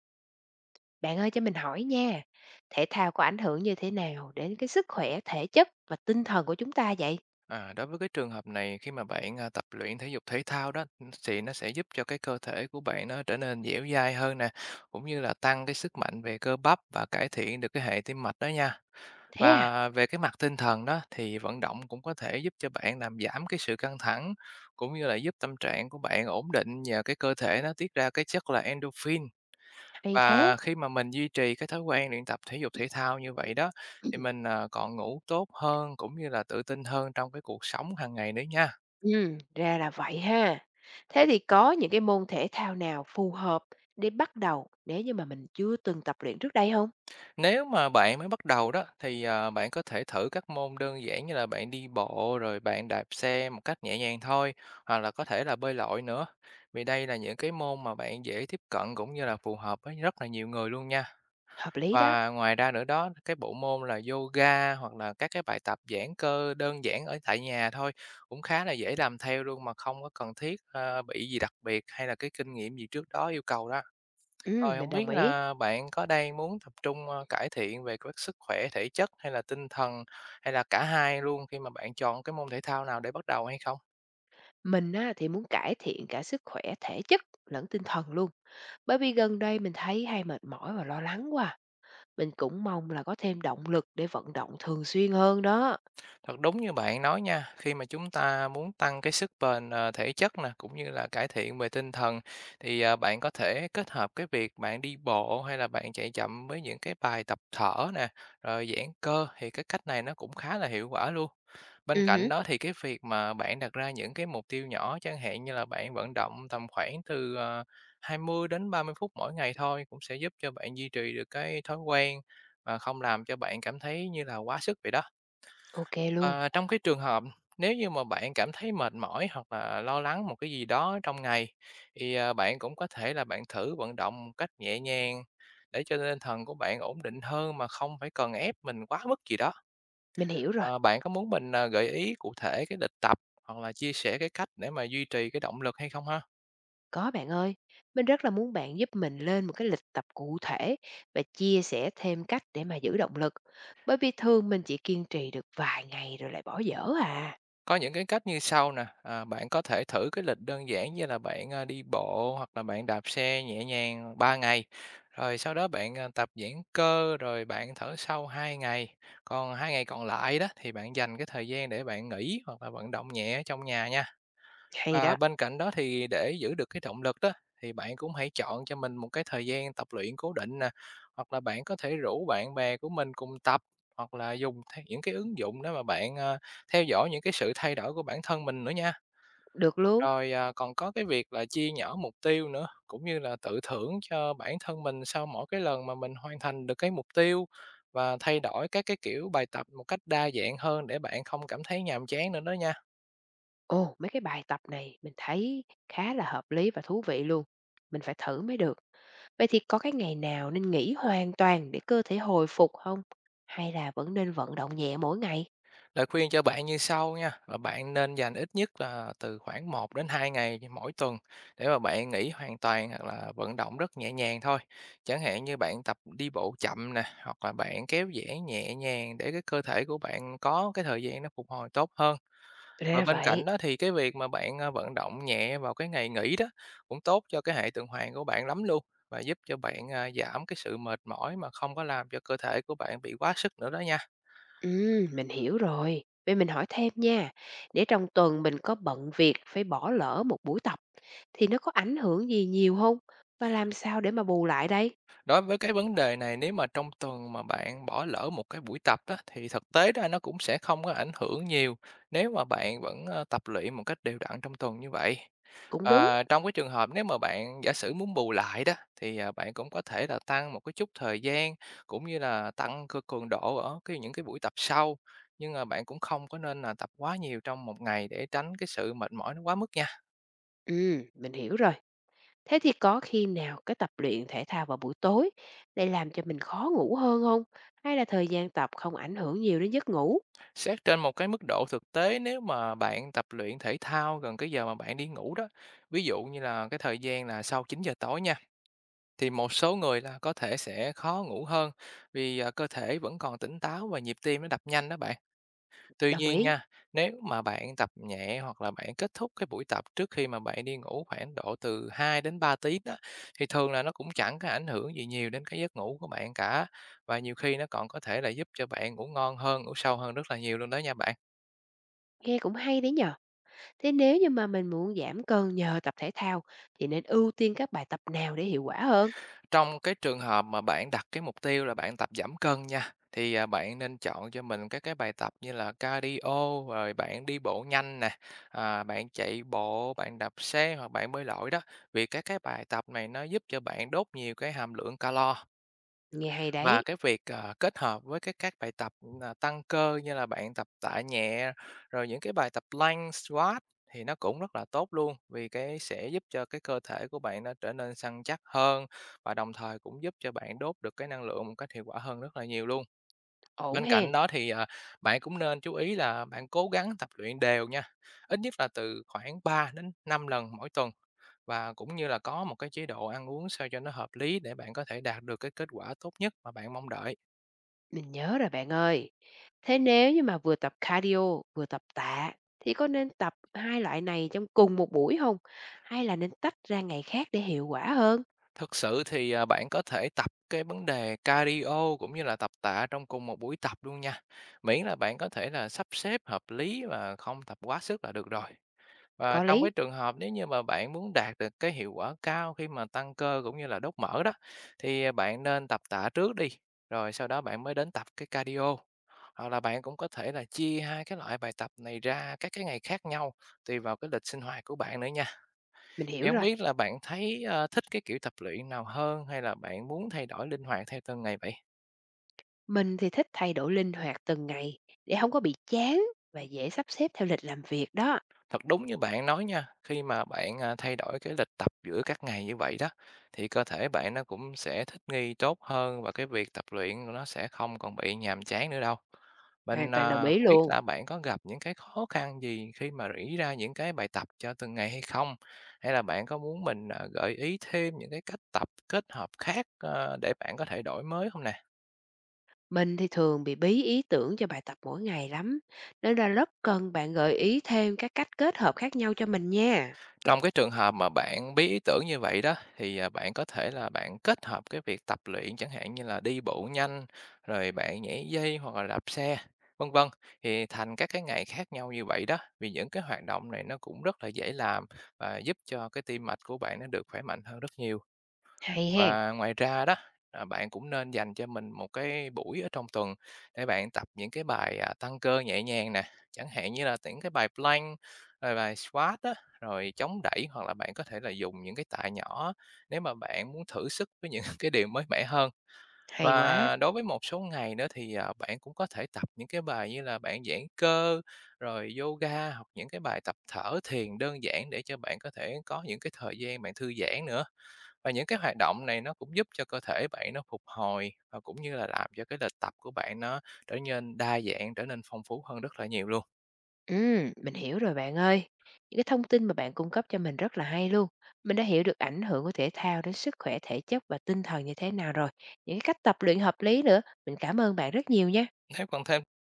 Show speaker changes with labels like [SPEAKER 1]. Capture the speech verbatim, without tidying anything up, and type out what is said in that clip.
[SPEAKER 1] Bạn ơi cho mình hỏi nha, thể thao có ảnh hưởng như thế nào đến cái sức khỏe thể chất và tinh thần của chúng ta vậy?
[SPEAKER 2] À, đối với cái trường hợp này khi mà bạn, à, tập luyện thể dục thể thao đó, thì nó sẽ giúp cho cái cơ thể của bạn nó trở nên dẻo dai hơn nè, cũng như là tăng cái sức mạnh về cơ bắp và cải thiện được cái hệ tim mạch đó nha.
[SPEAKER 1] Thế à?
[SPEAKER 2] Và về cái mặt tinh thần đó thì vận động cũng có thể giúp cho bạn làm giảm cái sự căng thẳng, cũng như là giúp tâm trạng của bạn ổn định nhờ cái cơ thể nó tiết ra cái chất là endorphin.
[SPEAKER 1] Hay thế.
[SPEAKER 2] Và khi mà mình duy trì cái thói quen luyện tập thể dục thể thao như vậy đó, thì mình, ờ, còn ngủ tốt hơn, cũng như là tự tin hơn trong cái cuộc sống hàng ngày nữa nha.
[SPEAKER 1] Ừ, ra là vậy ha. Thế thì có những cái môn thể thao nào phù hợp để bắt đầu nếu như mà mình chưa từng tập luyện trước đây không?
[SPEAKER 2] Nếu mà bạn mới bắt đầu đó, thì, ờ, bạn có thể thử các môn đơn giản như là bạn đi bộ, rồi bạn đạp xe một cách nhẹ nhàng thôi, hoặc là có thể là bơi lội nữa, vì đây là những cái môn mà bạn dễ tiếp cận cũng như là phù hợp với rất là nhiều người luôn nha.
[SPEAKER 1] Hợp lý đó.
[SPEAKER 2] Và ngoài ra nữa đó, cái bộ môn là yoga hoặc là các cái bài tập giãn cơ đơn giản ở tại nhà thôi, cũng khá là dễ làm theo luôn mà không có cần thiết, ờ, bị gì đặc biệt hay là cái kinh nghiệm gì trước đó yêu cầu đó.
[SPEAKER 1] Ừm,
[SPEAKER 2] Rồi
[SPEAKER 1] mình
[SPEAKER 2] không biết
[SPEAKER 1] đồng ý.
[SPEAKER 2] là bạn có đang muốn tập trung, ơ, cải thiện về cái sức khỏe thể chất hay là tinh thần, hay là cả hai luôn khi mà bạn chọn cái môn thể thao nào để bắt đầu hay không?
[SPEAKER 1] Mình á, thì muốn cải thiện cả sức khỏe thể chất lẫn tinh thần luôn. Bởi vì gần đây mình thấy hay mệt mỏi và lo lắng quá. À. Mình cũng mong là có thêm động lực để vận động thường xuyên hơn đó.
[SPEAKER 2] Thật đúng như bạn nói nha, khi mà chúng ta muốn tăng cái sức bền, ờ, thể chất nè, cũng như là cải thiện về tinh thần thì, à, bạn có thể kết hợp cái việc bạn đi bộ hay là bạn chạy chậm với những cái bài tập thở nè, rồi giãn cơ thì cái cách này nó cũng khá là hiệu quả luôn.
[SPEAKER 1] Ừ,
[SPEAKER 2] Bên cạnh
[SPEAKER 1] hứm,
[SPEAKER 2] đó thì cái việc mà bạn đặt ra những cái mục tiêu nhỏ, chẳng hạn như là bạn vận động tầm khoảng từ, ờ, hai mươi đến ba mươi phút mỗi ngày thôi cũng sẽ giúp cho bạn duy trì được cái thói quen mà không làm cho bạn cảm thấy như là quá sức vậy đó.
[SPEAKER 1] ô luôn,
[SPEAKER 2] Ờ, trong cái trường hợp nếu như mà bạn cảm thấy mệt mỏi hoặc là lo lắng một cái gì đó trong ngày thì, à, bạn cũng có thể là bạn thử vận động một cách nhẹ nhàng để cho tinh thần của bạn ổn định hơn mà không phải cần ép mình quá mức gì đó.
[SPEAKER 1] mình hiểu rồi.
[SPEAKER 2] Ờ, bạn có muốn mình, à, gợi ý cụ thể cái lịch tập hoặc là chia sẻ cái cách để mà duy trì cái động lực hay không ha?
[SPEAKER 1] Có bạn ơi, mình rất là muốn bạn giúp mình lên một cái lịch tập cụ thể và chia sẻ thêm cách để mà giữ động lực, bởi vì thường mình chỉ kiên trì được vài ngày rồi lại bỏ dở à.
[SPEAKER 2] Có những cái cách như sau nè, à, bạn có thể thử cái lịch đơn giản như là bạn, à, đi bộ hoặc là bạn đạp xe nhẹ nhàng ba ngày, rồi sau đó bạn, à, tập giãn cơ, rồi bạn thở sâu hai ngày. Còn hai ngày còn lại đó thì bạn dành cái thời gian để bạn nghỉ hoặc là vận động nhẹ ở trong nhà nha.
[SPEAKER 1] Hay
[SPEAKER 2] Và
[SPEAKER 1] đó,
[SPEAKER 2] bên cạnh đó thì để giữ được cái động lực đó, thì bạn cũng hãy chọn cho mình một cái thời gian tập luyện cố định nè, hoặc là bạn có thể rủ bạn bè của mình cùng tập, hoặc là dùng theo những cái ứng dụng đó mà bạn, ờ, theo dõi những cái sự thay đổi của bản thân mình nữa nha.
[SPEAKER 1] được luôn.
[SPEAKER 2] Rồi, à, còn có cái việc là chia nhỏ mục tiêu nữa, cũng như là tự thưởng cho bản thân mình sau mỗi cái lần mà mình hoàn thành được cái mục tiêu và thay đổi các cái kiểu bài tập một cách đa dạng hơn để bạn không cảm thấy nhàm chán nữa đó nha.
[SPEAKER 1] Ồ, mấy cái bài tập này mình thấy khá là hợp lý và thú vị luôn, mình phải thử mới được. Vậy thì có cái ngày nào nên nghỉ hoàn toàn để cơ thể hồi phục không? Hay là vẫn nên vận động nhẹ mỗi ngày?
[SPEAKER 2] Lời khuyên cho bạn như sau nha, là bạn nên dành ít nhất là từ khoảng một đến hai ngày mỗi tuần để mà bạn nghỉ hoàn toàn hoặc là vận động rất nhẹ nhàng thôi. Chẳng hạn như bạn tập đi bộ chậm nè, hoặc là bạn kéo giãn nhẹ nhàng để cái cơ thể của bạn có cái thời gian nó phục hồi tốt hơn. Và
[SPEAKER 1] Ra
[SPEAKER 2] bên
[SPEAKER 1] vậy.
[SPEAKER 2] cạnh đó thì cái việc mà bạn à, vận động nhẹ vào cái ngày nghỉ đó cũng tốt cho cái hệ tuần hoàn của bạn lắm luôn và giúp cho bạn à, giảm cái sự mệt mỏi mà không có làm cho cơ thể của bạn bị quá sức nữa đó nha.
[SPEAKER 1] Ừm, mình hiểu rồi. Vậy mình hỏi thêm nha, để trong tuần mình có bận việc phải bỏ lỡ một buổi tập thì nó có ảnh hưởng gì nhiều không? Và làm sao để mà bù lại đây?
[SPEAKER 2] Đối với cái vấn đề này nếu mà trong tuần mà bạn bỏ lỡ một cái buổi tập á, thì thực tế ra nó cũng sẽ không có ảnh hưởng nhiều nếu mà bạn vẫn, ơ, tập luyện một cách đều đặn trong tuần như vậy.
[SPEAKER 1] Cũng đúng.
[SPEAKER 2] Ờ, trong cái trường hợp nếu mà bạn giả sử muốn bù lại đó, thì, à, bạn cũng có thể là tăng một cái chút thời gian, cũng như là tăng c cường độ ở cái những cái buổi tập sau, nhưng mà bạn cũng không có nên là tập quá nhiều trong một ngày để tránh cái sự mệt mỏi nó quá mức nha.
[SPEAKER 1] Ừm, mình hiểu rồi. Thế thì có khi nào cái tập luyện thể thao vào buổi tối lại làm cho mình khó ngủ hơn không? Hay là thời gian tập không ảnh hưởng nhiều đến giấc ngủ?
[SPEAKER 2] Xét trên một cái mức độ thực tế nếu mà bạn tập luyện thể thao gần cái giờ mà bạn đi ngủ đó, ví dụ như là cái thời gian là sau chín giờ tối nha, thì một số người là có thể sẽ khó ngủ hơn vì, à, cơ thể vẫn còn tỉnh táo và nhịp tim nó đập nhanh đó bạn. Tuy
[SPEAKER 1] Đồng
[SPEAKER 2] nhiên
[SPEAKER 1] ý.
[SPEAKER 2] nha, nếu mà bạn tập nhẹ hoặc là bạn kết thúc cái buổi tập trước khi mà bạn đi ngủ khoảng độ từ hai đến ba tiếng đó, thì thường là nó cũng chẳng có ảnh hưởng gì nhiều đến cái giấc ngủ của bạn cả, và nhiều khi nó còn có thể là giúp cho bạn ngủ ngon hơn, ngủ sâu hơn rất là nhiều luôn đó nha bạn.
[SPEAKER 1] Nghe cũng hay đấy nhờ. Thế nếu như mà mình muốn giảm cân nhờ tập thể thao thì nên ưu tiên các bài tập nào để hiệu quả hơn?
[SPEAKER 2] Trong cái trường hợp mà bạn đặt cái mục tiêu là bạn tập giảm cân nha, thì, à, bạn nên chọn cho mình các cái bài tập như là cardio, rồi bạn đi bộ nhanh nè, à, bạn chạy bộ, bạn đạp xe hoặc bạn bơi lội đó, vì các cái bài tập này nó giúp cho bạn đốt nhiều cái hàm lượng calo.
[SPEAKER 1] Nghe hay
[SPEAKER 2] Và
[SPEAKER 1] đấy.
[SPEAKER 2] cái việc, ờ, kết hợp với cái các bài tập, ờ, tăng cơ như là bạn tập tạ nhẹ, rồi những cái bài tập plank, squat thì nó cũng rất là tốt luôn, vì cái sẽ giúp cho cái cơ thể của bạn nó trở nên săn chắc hơn và đồng thời cũng giúp cho bạn đốt được cái năng lượng một cách hiệu quả hơn rất là nhiều luôn.
[SPEAKER 1] Ổn
[SPEAKER 2] Bên
[SPEAKER 1] hen.
[SPEAKER 2] cạnh đó thì, ờ, bạn cũng nên chú ý là bạn cố gắng tập luyện đều nha, ít nhất là từ khoảng ba đến năm lần mỗi tuần và cũng như là có một cái chế độ ăn uống sao cho nó hợp lý để bạn có thể đạt được cái kết quả tốt nhất mà bạn mong đợi.
[SPEAKER 1] Mình nhớ rồi bạn ơi. Thế nếu như mà vừa tập cardio, vừa tập tạ thì có nên tập hai loại này trong cùng một buổi không? Hay là nên tách ra ngày khác để hiệu quả hơn?
[SPEAKER 2] Thực sự thì, à, bạn có thể tập cái vấn đề cardio cũng như là tập tạ trong cùng một buổi tập luôn nha, miễn là bạn có thể là sắp xếp hợp lý và không tập quá sức là được rồi. Và
[SPEAKER 1] Có
[SPEAKER 2] trong cái
[SPEAKER 1] lý,
[SPEAKER 2] trường hợp nếu như mà bạn muốn đạt được cái hiệu quả cao khi mà tăng cơ cũng như là đốt mỡ đó, thì, à, bạn nên tập tạ trước đi, rồi sau đó bạn mới đến tập cái cardio. Hoặc là bạn cũng có thể là chia hai cái loại bài tập này ra các cái ngày khác nhau, tùy vào cái lịch sinh hoạt của bạn nữa nha.
[SPEAKER 1] mình
[SPEAKER 2] Thì
[SPEAKER 1] hiểu
[SPEAKER 2] hông
[SPEAKER 1] rồi.
[SPEAKER 2] biết là bạn thấy, ơ, thích cái kiểu tập luyện nào hơn hay là bạn muốn thay đổi linh hoạt theo từng ngày vậy?
[SPEAKER 1] Mình thì thích thay đổi linh hoạt từng ngày để không có bị chán và dễ sắp xếp theo lịch làm việc đó.
[SPEAKER 2] Thật đúng như bạn nói nha, khi mà bạn, à, thay đổi cái lịch tập giữa các ngày như vậy đó, thì cơ thể bạn nó cũng sẽ thích nghi tốt hơn và cái việc tập luyện của nó sẽ không còn bị nhàm chán nữa đâu.
[SPEAKER 1] Hoàn
[SPEAKER 2] Mình,
[SPEAKER 1] toàn đồng
[SPEAKER 2] à,
[SPEAKER 1] ý
[SPEAKER 2] không biết
[SPEAKER 1] luôn.
[SPEAKER 2] là bạn có gặp những cái khó khăn gì khi mà nghĩ ra những cái bài tập cho từng ngày hay không? Hay là bạn có muốn mình, à, gợi ý thêm những cái cách tập kết hợp khác, ờ, để bạn có thể đổi mới không nè?
[SPEAKER 1] Mình thì thường bị bí ý tưởng cho bài tập mỗi ngày lắm, nên là rất cần bạn gợi ý thêm các cách kết hợp khác nhau cho mình nha.
[SPEAKER 2] Trong cái trường hợp mà bạn bí ý tưởng như vậy đó thì, à, bạn có thể là bạn kết hợp cái việc tập luyện chẳng hạn như là đi bộ nhanh, rồi bạn nhảy dây hoặc là đạp xe, vân vân, thì thành các cái ngày khác nhau như vậy đó. Vì những cái hoạt động này nó cũng rất là dễ làm và giúp cho cái tim mạch của bạn nó được khỏe mạnh hơn rất nhiều.
[SPEAKER 1] Hay hen,
[SPEAKER 2] Và ngoài ra đó, à, bạn cũng nên dành cho mình một cái buổi ở trong tuần để bạn tập những cái bài, à, tăng cơ nhẹ nhàng nè, chẳng hạn như là những cái bài plank, rồi bài squat á, rồi chống đẩy hoặc là bạn có thể là dùng những cái tạ nhỏ nếu mà bạn muốn thử sức với những cái điều mới mẻ hơn.
[SPEAKER 1] hay quá.
[SPEAKER 2] Và đối với một số ngày nữa thì, à, bạn cũng có thể tập những cái bài như là bạn giãn cơ, rồi yoga hoặc những cái bài tập thở thiền đơn giản để cho bạn có thể có những cái thời gian bạn thư giãn nữa. Và những cái hoạt động này nó cũng giúp cho cơ thể bạn nó phục hồi và cũng như là làm cho cái lịch tập của bạn nó trở nên đa dạng, trở nên phong phú hơn rất là nhiều luôn.
[SPEAKER 1] Ừm, mình hiểu rồi bạn ơi. Những cái thông tin mà bạn cung cấp cho mình rất là hay luôn. Mình đã hiểu được ảnh hưởng của thể thao đến sức khỏe thể chất và tinh thần như thế nào rồi. Những cái cách tập luyện hợp lý nữa. Mình cảm ơn bạn rất nhiều nha.
[SPEAKER 2] Nếu còn thêm